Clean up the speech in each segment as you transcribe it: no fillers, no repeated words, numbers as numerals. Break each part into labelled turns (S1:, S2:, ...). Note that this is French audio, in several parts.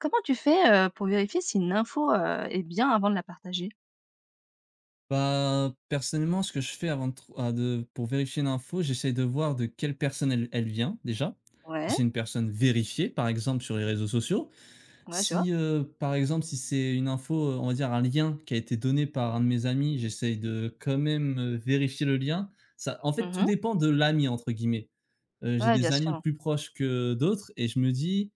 S1: Comment tu fais, pour vérifier si une info, est bien avant de la partager?
S2: Bah, personnellement, ce que je fais avant de trou ah de pour vérifier une info, j'essaye de voir de quelle personne elle vient déjà. Si
S1: Ouais,
S2: c'est une personne vérifiée, par exemple, sur les réseaux sociaux.
S1: ouais, je vois.
S2: Si, par exemple, si c'est une info, on va dire un lien qui a été donné par un de mes amis, j'essaye de quand même, vérifier le lien. Ça en fait, tout
S1: Mmh.
S2: dépend de «l'ami» entre guillemets. J'ai
S1: Ouais, bien
S2: des amis
S1: sûr.
S2: plus proches que d'autres et je me dis: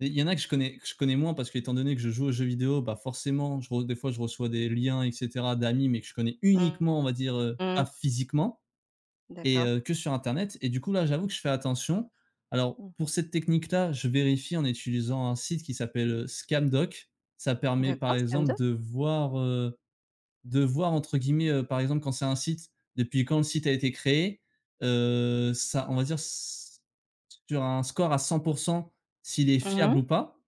S2: il y en a que je connais moins parce qu'étant donné que je joue aux jeux vidéo, bah, forcément, je re des fois, je reçois des liens et cetera d'amis, mais que je connais
S1: Mmh
S2: uniquement, on va dire, pas
S1: mh.
S2: physiquement et
S1: D'accord.
S2: que sur internet et du coup, là, j'avoue que je fais attention. Alors,
S1: Mmh.
S2: pour cette technique-là, je vérifie en utilisant un site qui s'appelle, Scamdoc. Ça permet, par
S1: D'accord,
S2: exemple,
S1: Scamdoc.
S2: de voir entre guillemets, par exemple, quand c'est un site, depuis quand le site a été créé, ça on va dire s sur un score à 100 s'il est fiable
S1: Mmh.
S2: ou pas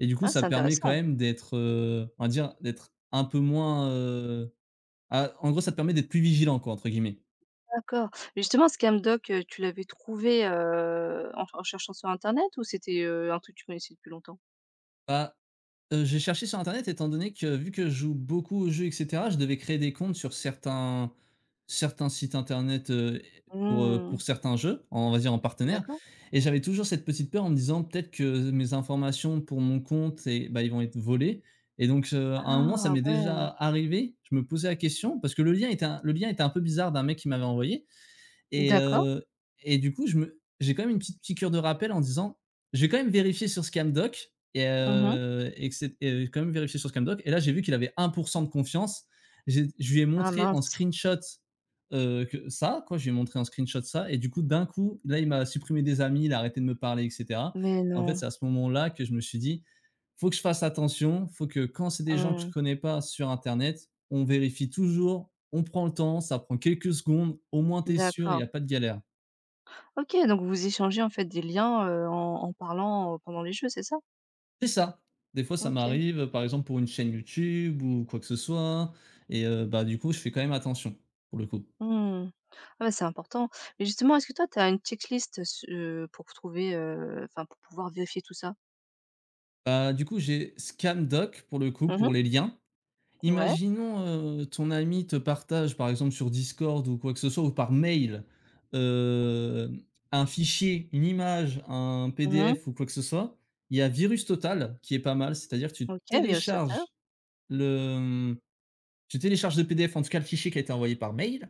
S2: et du coup,
S1: Ah,
S2: ça
S1: c'est
S2: permet quand
S1: intéressant.
S2: même d'être, on va dire, d'être un peu moins, en gros, ça te permet d'être «plus vigilant» quoi, entre guillemets.
S1: D'accord. Justement, Scamdoc, tu l'avais trouvé, en cherchant sur internet ou c'était, un truc que tu connaissais depuis longtemps?
S2: Bah, j'ai cherché sur internet étant donné que, vu que je joue beaucoup aux jeux et cetera, je devais créer des comptes sur certains sites internet, pour
S1: Mmh.
S2: certains jeux, on va dire en partenaire
S1: D'accord.
S2: et j'avais toujours cette petite peur en me disant: «Peut-être que mes informations pour mon compte et bah, ils vont être volés» et donc à un moment, ça
S1: Ah
S2: m'est déjà
S1: ouais.
S2: arrivé, je me posais la question parce que le lien était un peu bizarre d'un mec qui m'avait envoyé. Et
S1: D'accord.
S2: du coup, je me j'ai quand même une petite piqûre de rappel en disant: «Je vais quand même vérifier sur Scandoc»
S1: Mmh.
S2: et que c'est et quand même vérifier sur Scandoc et là, j'ai vu qu'il avait 1 de confiance. J'ai Je lui ai
S1: Ah
S2: montré en
S1: mince.
S2: screenshot, que ça, quoi, je lui ai montré en screenshot ça et du coup, d'un coup, là, il m'a supprimé des amis, il a arrêté de me parler et cetera.
S1: Mais
S2: En fait,
S1: non.
S2: c'est à ce moment-là que je me suis dit: «Faut que je fasse attention, faut que quand c'est des gens que je
S1: Mmh.
S2: connais pas sur internet, on vérifie toujours, on prend le temps, ça prend quelques secondes, au moins t'es sûr, il y a
S1: D'accord.
S2: pas de galère.»
S1: OK, donc vous échangez en fait des liens, en parlant, pendant les jeux, c'est ça?
S2: C'est ça. Des fois, ça
S1: OK.
S2: m'arrive, par exemple, pour une chaîne YouTube ou quoi que ce soit et bah, du coup, je fais quand même attention, pour le coup.
S1: Mmh. Ah ouais, c'est important. Mais justement, est-ce que toi, tu as une checklist, s pour trouver, enfin, pour pouvoir vérifier tout ça?
S2: Bah, du coup, j'ai Scamdoc, pour le coup, pour
S1: Mmh.
S2: les liens.
S1: Ouais.
S2: Imaginons, ton ami te partage, par exemple, sur Discord ou quoi que ce soit ou par mail, hem, un fichier, une image, un
S1: Mmh.
S2: PDF ou quoi que ce soit. Il y a Virus Total qui est pas mal, c'est-à-dire que
S1: OK, virus total.
S2: le, Tu télécharges le PDF, en tout cas le fichier qui a été envoyé par mail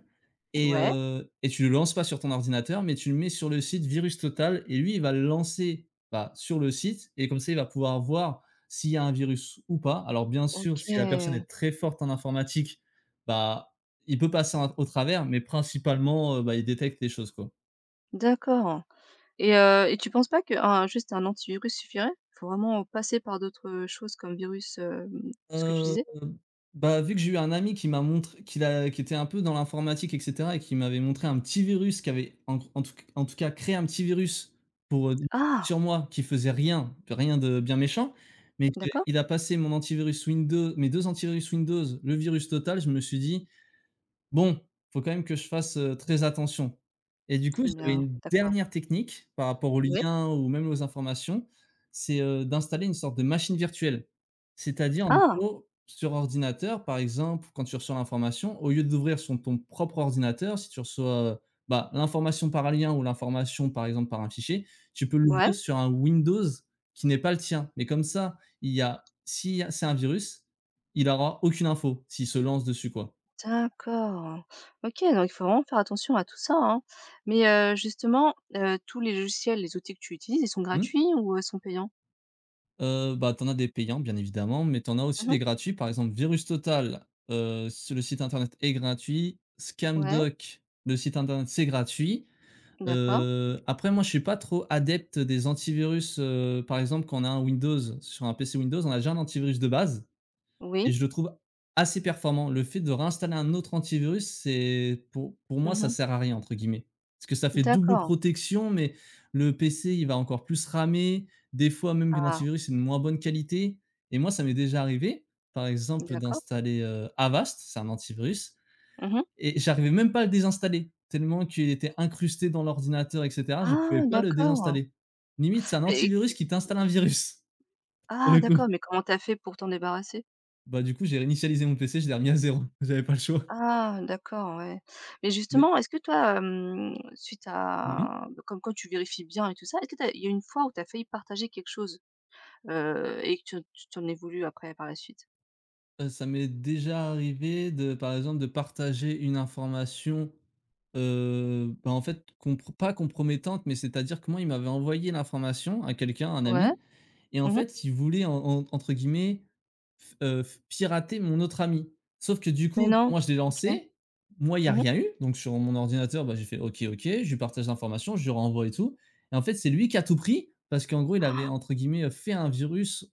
S1: Ouais.
S2: et tu le lances pas sur ton ordinateur, mais tu le mets sur le site Virus Total et lui, il va le lancer, bah, sur le site et comme ça, il va pouvoir voir s'il y a un virus ou pas. Alors bien sûr, si la personne
S1: OK.
S2: est très forte en informatique, bah, il peut passer en au travers, mais principalement, bah, il détecte les choses, quoi.
S1: D'accord et tu penses pas qu'un juste un antivirus suffirait? Faut vraiment passer par d'autres, choses comme virus, ce que tu
S2: Heu,
S1: disais?
S2: bah, vu que j'ai eu un ami qui m'a montré qui était un peu dans l'informatique et cetera et qui m'avait montré un petit virus qui avait en tout cas créé un petit virus pour,
S1: Ah!
S2: sur moi qui faisait rien, rien de bien méchant, mais qu'il
S1: D'accord.
S2: il a passé mon antivirus Windows mes 2 antivirus Windows, le virus total, je me suis dit: bon, faut quand même que je fasse, très attention et du coup,
S1: Eh
S2: j'avais
S1: bien
S2: une
S1: d'accord.
S2: dernière technique par rapport aux
S1: Oui.
S2: liens ou même aux informations, c'est, d'installer une sorte de machine virtuelle. C'est-à-dire, en
S1: Ah!
S2: gros, sur ordinateur, par exemple, quand tu reçois l'information, au lieu d'ouvrir sur ton propre ordinateur, si tu reçois, bah, l'information par un lien ou l'information, par exemple, par un fichier, tu peux l'ouvrir
S1: Ouais.
S2: sur un Windows qui n'est pas le tien. Mais comme ça, il y a si c'est un virus, il n'aura aucune info s'il se lance dessus, quoi.
S1: D'accord. OK, donc il faut vraiment faire attention à tout ça, hein. Mais, justement, tous les logiciels, les outils que tu utilises, ils sont
S2: Mmh.
S1: gratuits ou, sont payants?
S2: Bah, t'en as des payants, bien évidemment, mais t'en as aussi
S1: Mmh.
S2: des gratuits. Par exemple, Virus Total, s le site internet est gratuit.
S1: Ouais,
S2: Scamdoc, le site internet, c'est gratuit.
S1: d'accord.
S2: Après moi, je suis pas trop adepte des antivirus, par exemple, quand on a un Windows sur un PC Windows, on a déjà un antivirus de base. Et
S1: Oui.
S2: je le trouve assez performant. Le fait de réinstaller un autre antivirus, c'est pour moi, ça
S1: Mmh.
S2: «sert à rien» entre guillemets. Parce que ça fait double
S1: D'accord.
S2: protection, mais le PC, il va encore plus ramer. Des fois même que
S1: Ah,
S2: l'antivirus est de moins bonne qualité et moi, ça m'est déjà arrivé, par exemple,
S1: d'accord.
S2: d'installer, Avast, c'est un antivirus
S1: Mmh.
S2: et j'arrivais même pas à le désinstaller tellement qu'il était incrusté dans l'ordinateur et cetera, je
S1: Ah,
S2: pouvais pas le
S1: d'accord.
S2: désinstaller. Limite, c'est un
S1: Et
S2: antivirus qui t'installe un virus, pour
S1: ah,
S2: le coup.
S1: d'accord, mais comment t'as fait pour t'en débarrasser?
S2: Bah, du coup, j'ai réinitialisé mon PC, je l'ai remis à zéro. J'avais pas le choix.
S1: Ah, d'accord, ouais. Mais
S2: Mais
S1: justement, est-ce que toi, suite
S2: mmh.
S1: à comme quoi tu vérifies bien et tout ça, est-ce que tu il y a une fois où tu as failli partager quelque chose, et que tu tu en es voulu après, par la suite?
S2: Ça m'est déjà arrivé de, par exemple, de partager une information, bah, en fait, compr pas compromettante, mais c'est-à-dire que moi, il m'avait envoyé l'information à quelqu'un, un
S1: Ouais.
S2: ami et en
S1: Mmh.
S2: fait, il voulait en entre guillemets F f pirater mon autre ami. Sauf que du
S1: Mais
S2: coup,
S1: non.
S2: moi je l'ai
S1: OK.
S2: lancé, moi il y a
S1: Mmh.
S2: rien eu, donc sur mon ordinateur, bah, j'ai fait: «OK, OK», je lui partage l'information, je lui renvoie et tout et en fait, c'est lui qui a tout pris parce qu'en gros, il avait entre guillemets, «fait un virus»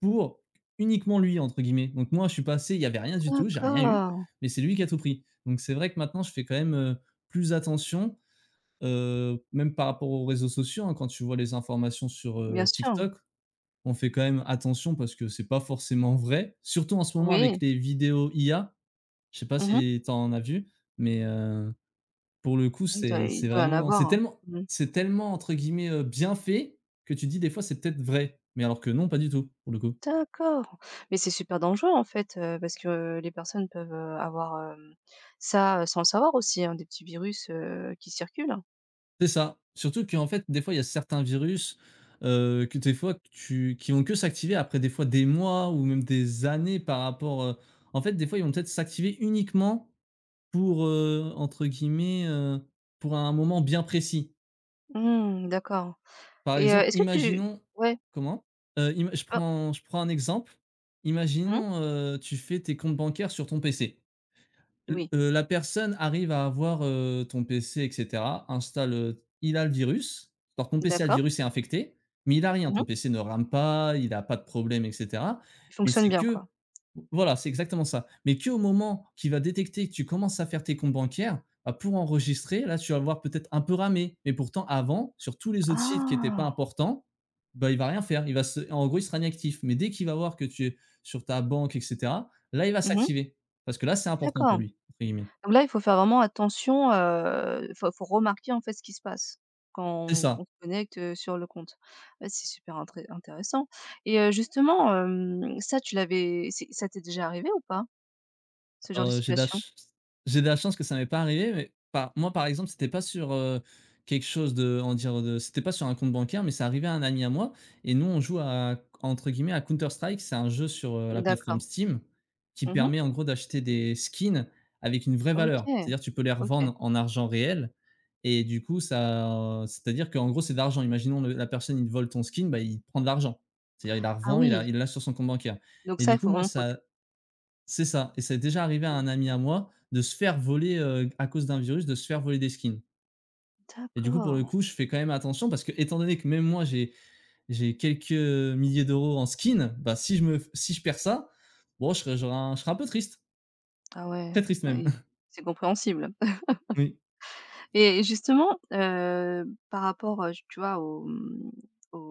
S2: pour uniquement lui entre guillemets. Donc moi, je suis passé, il y avait rien du tout, j'ai rien eu,
S1: D'accord.
S2: mais c'est lui qui a tout pris. Donc c'est vrai que maintenant je fais quand même, plus attention, même par rapport aux réseaux sociaux, hein, quand tu vois les informations sur,
S1: Bien sûr.
S2: TikTok, on fait quand même attention parce que c'est pas forcément vrai. Surtout en ce moment avec
S1: Oui.
S2: les vidéos IA. Je sais pas
S1: Mhm.
S2: si tu en as vu, mais pour le coup,
S1: Oui, il doit
S2: c'est
S1: il doit en
S2: vraiment
S1: avoir,
S2: c'est
S1: hein.
S2: tellement
S1: Mmh.
S2: c'est tellement entre guillemets, «bien fait» que tu dis des fois: «C'est peut-être vrai», mais alors que non, pas du tout, pour le coup.
S1: D'accord. Mais c'est super dangereux, en fait, parce que, les personnes peuvent, avoir, ça, sans le savoir aussi, hein, des petits virus, qui circulent, hein.
S2: C'est ça. Surtout qu'en fait, des fois, il y a certains virus, que des fois que tu qui vont que s'activer après des fois des mois ou même des années par rapport, en fait, des fois, ils vont peut-être s'activer uniquement pour, entre guillemets, pour un moment bien précis.
S1: Mmh, d'accord.
S2: Par
S1: Et
S2: exemple,
S1: est-ce que tu
S2: imaginons
S1: ouais.
S2: comment? Ima je
S1: Ah,
S2: prends je prends un exemple.
S1: mmh.
S2: Imaginons, tu fais tes comptes bancaires sur ton PC. L
S1: Oui.
S2: la personne arrive à avoir, ton PC et cetera, installe, il a le virus. Alors ton PC a le
S1: D'accord.
S2: virus, est infecté, mais il a rien, ton
S1: Mhm.
S2: PC ne rame pas, il a pas de problème et cetera.
S1: Il
S2: Mais
S1: fonctionne
S2: c'est
S1: bien, quoi.
S2: que voilà, c'est exactement ça. Mais que au moment qu'il va détecter que tu commences à faire tes comptes bancaires, bah, pour enregistrer, là, tu vas le voir peut-être un peu ramé. Mais pourtant avant, sur tous les autres sites qui n'étaient pas
S1: Ah!
S2: importants, bah, il va rien faire. Il va se En gros, il sera inactif. Mais dès qu'il va voir que tu es sur ta banque et cetera, là, il va
S1: Mhm.
S2: s'activer parce que là, c'est important pour
S1: D'accord.
S2: lui entre guillemets.
S1: Donc là, il faut faire vraiment attention. Il faut faut remarquer, en fait, ce qui se passe quand
S2: C'est
S1: on, qu'on
S2: ça.
S1: se connecte, sur le compte. Ouais, c'est super intré intéressant et justement, ça, tu l'avais c'est ça t'est déjà arrivé ou pas? Ce genre
S2: Alors,
S1: de situation?
S2: j'ai de la chance que ça m'est pas arrivé, mais par moi, par exemple, c'était pas sur, quelque chose de on dire de c'était pas sur un compte bancaire, mais ça arrivait à un ami à moi et nous, on joue à entre guillemets à Counter Strike. C'est un jeu sur, la plateforme
S1: D'accord.
S2: Steam qui
S1: Mmh.
S2: permet en gros d'acheter des skins avec une vraie valeur.
S1: OK.
S2: C'est-à-dire tu peux les
S1: OK.
S2: revendre en argent réel et du coup ça c'est-à-dire qu'en gros, c'est de l'argent. Imaginons le la personne, il te vole ton skin, bah, il prend de l'argent. C'est-à-dire il la
S1: Ah
S2: revend, il la
S1: oui,
S2: il l'a sur son compte bancaire
S1: donc
S2: et
S1: ça,
S2: du
S1: il
S2: coup,
S1: faut
S2: moi
S1: vraiment protéger.
S2: ça C'est ça. Et c'est déjà arrivé à un ami à moi de se faire voler, à cause d'un virus, de se faire voler des skins et du coup, pour le
S1: D'accord.
S2: coup, je fais quand même attention parce que étant donné que même moi j'ai quelques milliers d'euros en skins. Bah, si je me f si je perds ça, bon, je serais un peu triste,
S1: Ah ouais,
S2: très triste même.
S1: oui, c'est compréhensible.
S2: Oui.
S1: Et justement, par rapport, tu vois, au, mmh,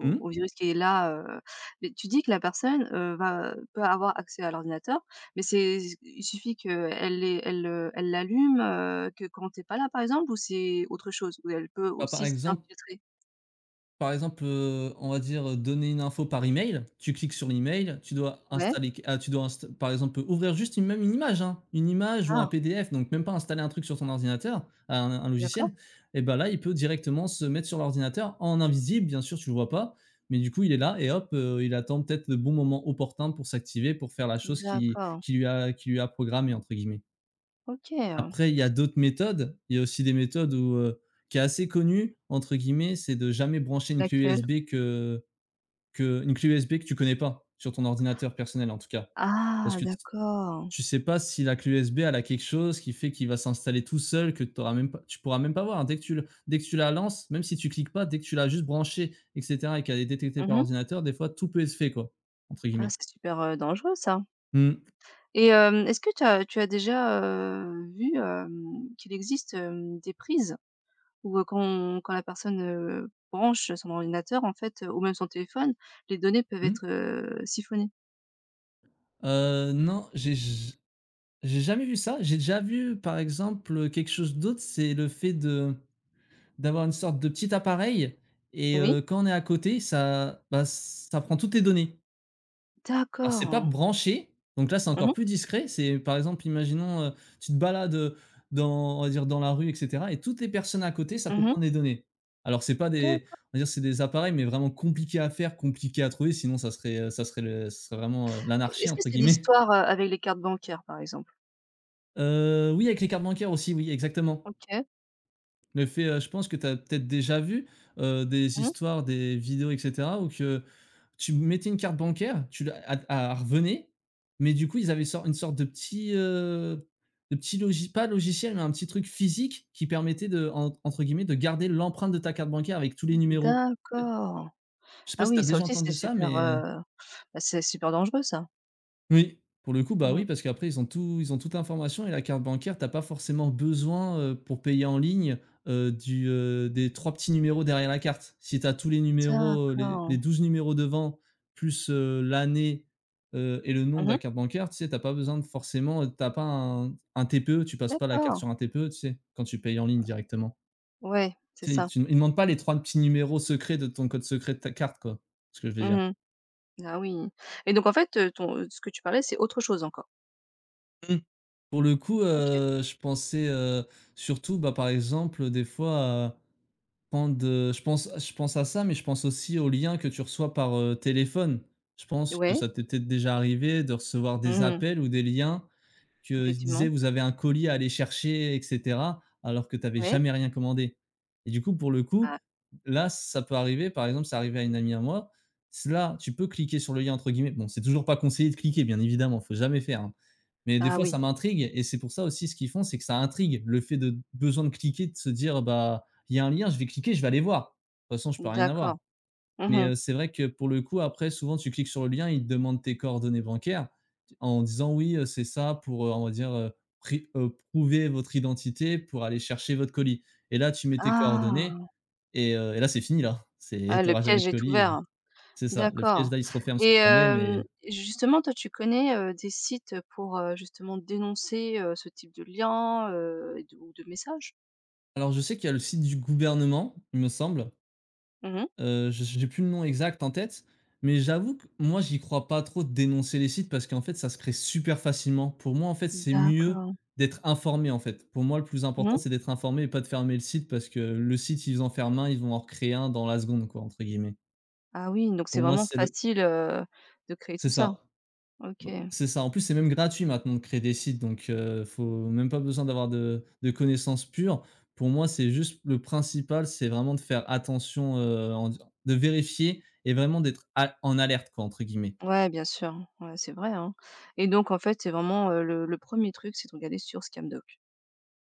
S2: Mmh.
S1: au virus qui est là, mais tu dis que la personne, va peut avoir accès à l'ordinateur, mais c'est il suffit qu'elle elle, elle l'allume, que quand t'es pas là, par exemple, ou c'est autre chose? Ou elle peut
S2: Bah, par
S1: aussi
S2: exemple.
S1: s'infiltrer?
S2: Par exemple, on va dire, donner une info par email. Tu cliques sur l'email,
S1: Ouais.
S2: tu dois inst par exemple, ouvrir juste une image, hein, une image ou un
S1: Ah,
S2: PDF, donc même pas installer un truc sur ton ordinateur, un
S1: d'accord.
S2: logiciel. Et ben là, il peut directement se mettre sur l'ordinateur en invisible, bien sûr, tu le vois pas, mais du coup, il est là et hop, il attend peut-être le bon moment opportun pour s'activer, pour faire la chose
S1: D'accord.
S2: qui lui a «programmée» entre guillemets.
S1: OK,
S2: Après, il y a d'autres méthodes. Il y a aussi des méthodes qui est assez connue, entre guillemets, c'est de jamais brancher une clé
S1: laquelle?
S2: USB que une clé USB que tu connais pas, sur ton ordinateur personnel, en tout cas. Parce
S1: Ah
S2: que t
S1: d'accord.
S2: Tu sais pas si la clé USB, elle a quelque chose qui fait qu'il va s'installer tout seul, que tu pourras même pas voir, hein. Dès que tu la lances, même si tu cliques pas, dès que tu l'as juste branchée et cetera et qu'elle est détectée par
S1: Mmh.
S2: ordinateur, des fois, tout peut être fait, quoi, entre
S1: Ah,
S2: guillemets.
S1: c'est super, dangereux ça.
S2: Mmh.
S1: Et est-ce que tu as déjà, vu, qu'il existe, des prises où, quand la personne, branche son ordinateur en fait, ou même son téléphone, les données peuvent
S2: Mmh.
S1: être, siphonnées?
S2: Non, j'ai jamais vu ça. J'ai déjà vu, par exemple, quelque chose d'autre, c'est le fait de d'avoir une sorte de petit appareil et
S1: Oui,
S2: quand on est à côté, ça prend toutes tes données. Alors c'est pas
S1: d'accord.
S2: branché, donc là, c'est
S1: Mmh
S2: encore
S1: mh.
S2: plus discret. C'est par exemple, imaginons, tu te balades, dans on va dire dans la rue et cetera, et toutes les personnes à côté, ça peut
S1: Mmh.
S2: prendre des données. Alors c'est pas des
S1: D'accord.
S2: On va dire, c'est des appareils, mais vraiment compliqués à faire, compliqués à trouver, sinon ça serait vraiment, «l'anarchie»
S1: Est-ce que
S2: entre
S1: c'est
S2: guillemets.
S1: l'histoire, avec les cartes bancaires, par exemple?
S2: Oui, avec les cartes bancaires aussi, oui, exactement.
S1: OK.
S2: Le fait, je pense que tu as peut-être déjà vu, des
S1: Mmh.
S2: histoires, des vidéos et cetera où que tu mettais une carte bancaire, tu la a a revenait, mais du coup, ils avaient sor une sorte de petit logis pas logiciel, mais un petit truc physique qui permettait de en entre guillemets «de garder l'empreinte de ta carte bancaire avec tous les numéros».
S1: D'accord.
S2: Je sais pas
S1: Ah
S2: si tu as
S1: oui, ça
S2: déjà
S1: aussi c'est
S2: entendu ça,
S1: super,
S2: mais
S1: bah, c'est super dangereux ça.
S2: oui, pour le coup, bah,
S1: Mmh.
S2: oui, parce qu'après ils ont toute l'information. Et la carte bancaire, t'as pas forcément besoin, pour payer en ligne, des 3 petits numéros derrière la carte. Si t'as tous les numéros, les
S1: D'accord.
S2: 12 numéros devant plus, l'année, et le nom de la
S1: Mmh.
S2: carte bancaire, tu sais, t'as pas besoin de forcément, tu pas un un TPE, tu passes pas la carte
S1: D'accord.
S2: sur un TPE, tu sais? Quand tu payes en ligne directement.
S1: Ouais, c'est
S2: Tu sais,
S1: ça.
S2: tu ils demandent pas les 3 petits numéros secrets de ton code secret de ta carte, quoi, ce que je veux dire.
S1: Mmh. Ah oui et donc en fait, ton, ce que tu parlais, c'est autre chose encore?
S2: Pour le coup,
S1: OK.
S2: je pensais, surtout, bah, par exemple, des fois, je pense à ça, mais je pense aussi aux liens que tu reçois par, téléphone. Je pense que
S1: Ouais.
S2: ça t'était déjà arrivé de recevoir des
S1: Mmh.
S2: appels ou des liens que se disaient:
S1: Effectivement.
S2: «Vous avez un colis à aller chercher» et cetera, alors que tu avais
S1: Ouais.
S2: jamais rien commandé. Et du coup, pour le coup,
S1: Ah
S2: là, ça peut arriver, par exemple, c'est arrivé à une amie à moi. S Là, tu peux «cliquer sur le lien» entre guillemets. Bon, c'est toujours pas conseillé de cliquer, bien évidemment, faut jamais faire, hein, mais des
S1: ah
S2: fois,
S1: oui,
S2: ça m'intrigue et c'est pour ça aussi ce qu'ils font, c'est que ça intrigue, le fait de besoin de cliquer, de se dire: «Bah, il y a un lien, je vais cliquer, je vais aller voir. De toute façon, je peux rien
S1: d'accord.
S2: avoir». Mais,
S1: Mmh.
S2: c'est vrai que pour le coup, après, souvent, tu cliques sur le lien, il te demande tes coordonnées bancaires en disant: «Oui, c'est ça pour, on va dire, pri prouver votre identité pour aller chercher votre colis». Et là, tu mets tes coordonnées
S1: Ah!
S2: et là, c'est fini, là. C'est
S1: Ah
S2: tu
S1: le
S2: auras jamais de
S1: piège est
S2: colis. Et
S1: ouvert.
S2: c'est ça, le piège,
S1: D'accord
S2: là, il se referme sur
S1: et
S2: toi-même. Et
S1: justement toi tu connais, des sites, pour, justement dénoncer, ce type de lien, et de ou de messages?
S2: alors, je sais qu'il y a le site du gouvernement, il me semble.
S1: Mmh.
S2: Je J'ai plus le nom exact en tête, mais j'avoue que moi, j'y crois pas trop de dénoncer les sites parce qu'en fait, ça se crée super facilement. Pour moi, en fait, c'est mieux
S1: D'accord.
S2: d'être informé, en fait. Pour moi, le plus important,
S1: Mmh.
S2: c'est d'être informé et pas de fermer le site parce que le site, ils en ferment un, ils vont en recréer un dans la seconde, quoi, entre guillemets.
S1: Ah oui, donc
S2: Pour
S1: c'est
S2: moi,
S1: vraiment
S2: c'est le
S1: facile, de créer
S2: C'est
S1: tout ça.
S2: ça.
S1: OK.
S2: Bah, c'est ça. En plus, c'est même gratuit maintenant de créer des sites, donc faut même pas besoin d'avoir de connaissances pures. Pour moi, c'est juste le principal, c'est vraiment de faire attention, en de vérifier et vraiment d'être a «en alerte» quoi, entre guillemets.
S1: Ouais, bien sûr, ouais, c'est vrai, hein et donc en fait, c'est vraiment, le 1 truc, c'est de regarder sur Scamdoc.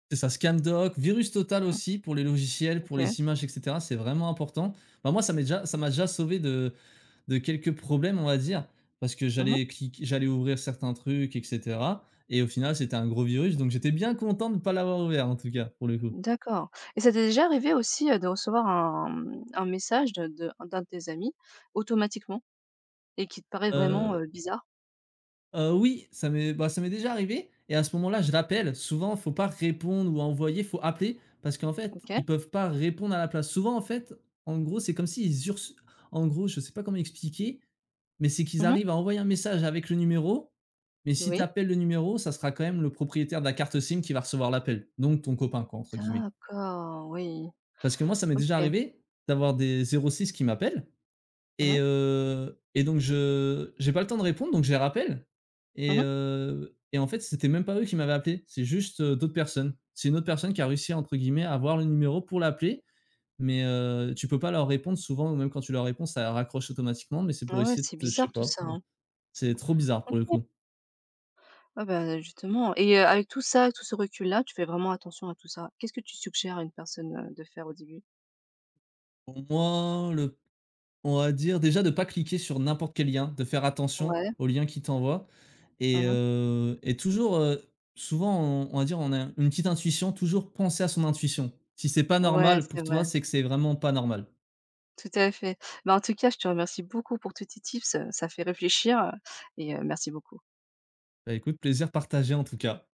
S2: C'est ça, Scamdoc, Virus Total
S1: Mmh,
S2: aussi pour les logiciels, pour
S1: OK.
S2: les images et cetera, c'est vraiment important. Bah, moi, ça m'a déjà sauvé de quelques problèmes, on va dire, parce que
S1: Mmh.
S2: j'allais cliquer, j'allais ouvrir certains trucs et cetera et au final, c'était un gros virus, donc j'étais bien content de ne pas l'avoir ouvert, en tout cas, pour le coup.
S1: D'accord et ça t'est déjà arrivé aussi, de recevoir un, mmh, un message de d'un de tes amis automatiquement et qui te paraît vraiment,
S2: Heu
S1: bizarre?
S2: oui, ça m'est déjà arrivé et à ce moment-là, je rappelle. Souvent, faut pas répondre ou envoyer, faut appeler parce qu'en fait,
S1: OK.
S2: ils peuvent pas répondre à la place. Souvent, en fait, en gros, c'est comme s'ils urs en gros, je sais pas comment expliquer, mais c'est qu'ils
S1: Mmh.
S2: arrivent à envoyer un message avec le numéro, mais si tu
S1: Oui.
S2: appelles le numéro, ça sera quand même le propriétaire de la carte SIM qui va recevoir l'appel, donc ton «copain», quoi, entre guillemets.
S1: D'accord, oui.
S2: Parce que moi, ça m'est déjà
S1: OK.
S2: arrivé d'avoir des 06 qui m'appellent.
S1: Mmh mh.
S2: Et donc je j'ai pas le temps de répondre, donc je les rappelle. Et
S1: Mmh.
S2: et en fait, c'était même pas eux qui m'avaient appelé, c'est juste, d'autres personnes. C'est une autre personne qui a réussi, entre guillemets, «à» avoir le numéro pour l'appeler, mais tu peux pas leur répondre souvent ou même quand tu leur réponds, ça raccroche automatiquement, mais c'est pour
S1: Ah ouais,
S2: essayer
S1: c'est
S2: de te, je sais
S1: bizarre tout
S2: pas,
S1: ça,
S2: pour...
S1: hein.
S2: C'est trop bizarre pour le
S1: OK.
S2: coup.
S1: Ouais, bah, justement et avec tout ça, tout ce recul-là, tu fais vraiment attention à tout ça. Qu'est-ce que tu suggères à une personne, de faire au début?
S2: Pour moi, le On va dire déjà de pas cliquer sur n'importe quel lien, de faire attention
S1: Ouais.
S2: aux liens qu'ils t'envoient. Et
S1: Mmh.
S2: et toujours, souvent on va dire on a une petite intuition, toujours penser à son intuition. Si c'est pas
S1: Ouais,
S2: normal
S1: c'est
S2: pour
S1: vrai,
S2: toi, c'est que c'est vraiment pas normal.
S1: tout à fait. Bah, en tout cas, je te remercie beaucoup pour tous tes tips, ça fait réfléchir, et merci beaucoup.
S2: Bah, écoute, plaisir partagé en tout cas.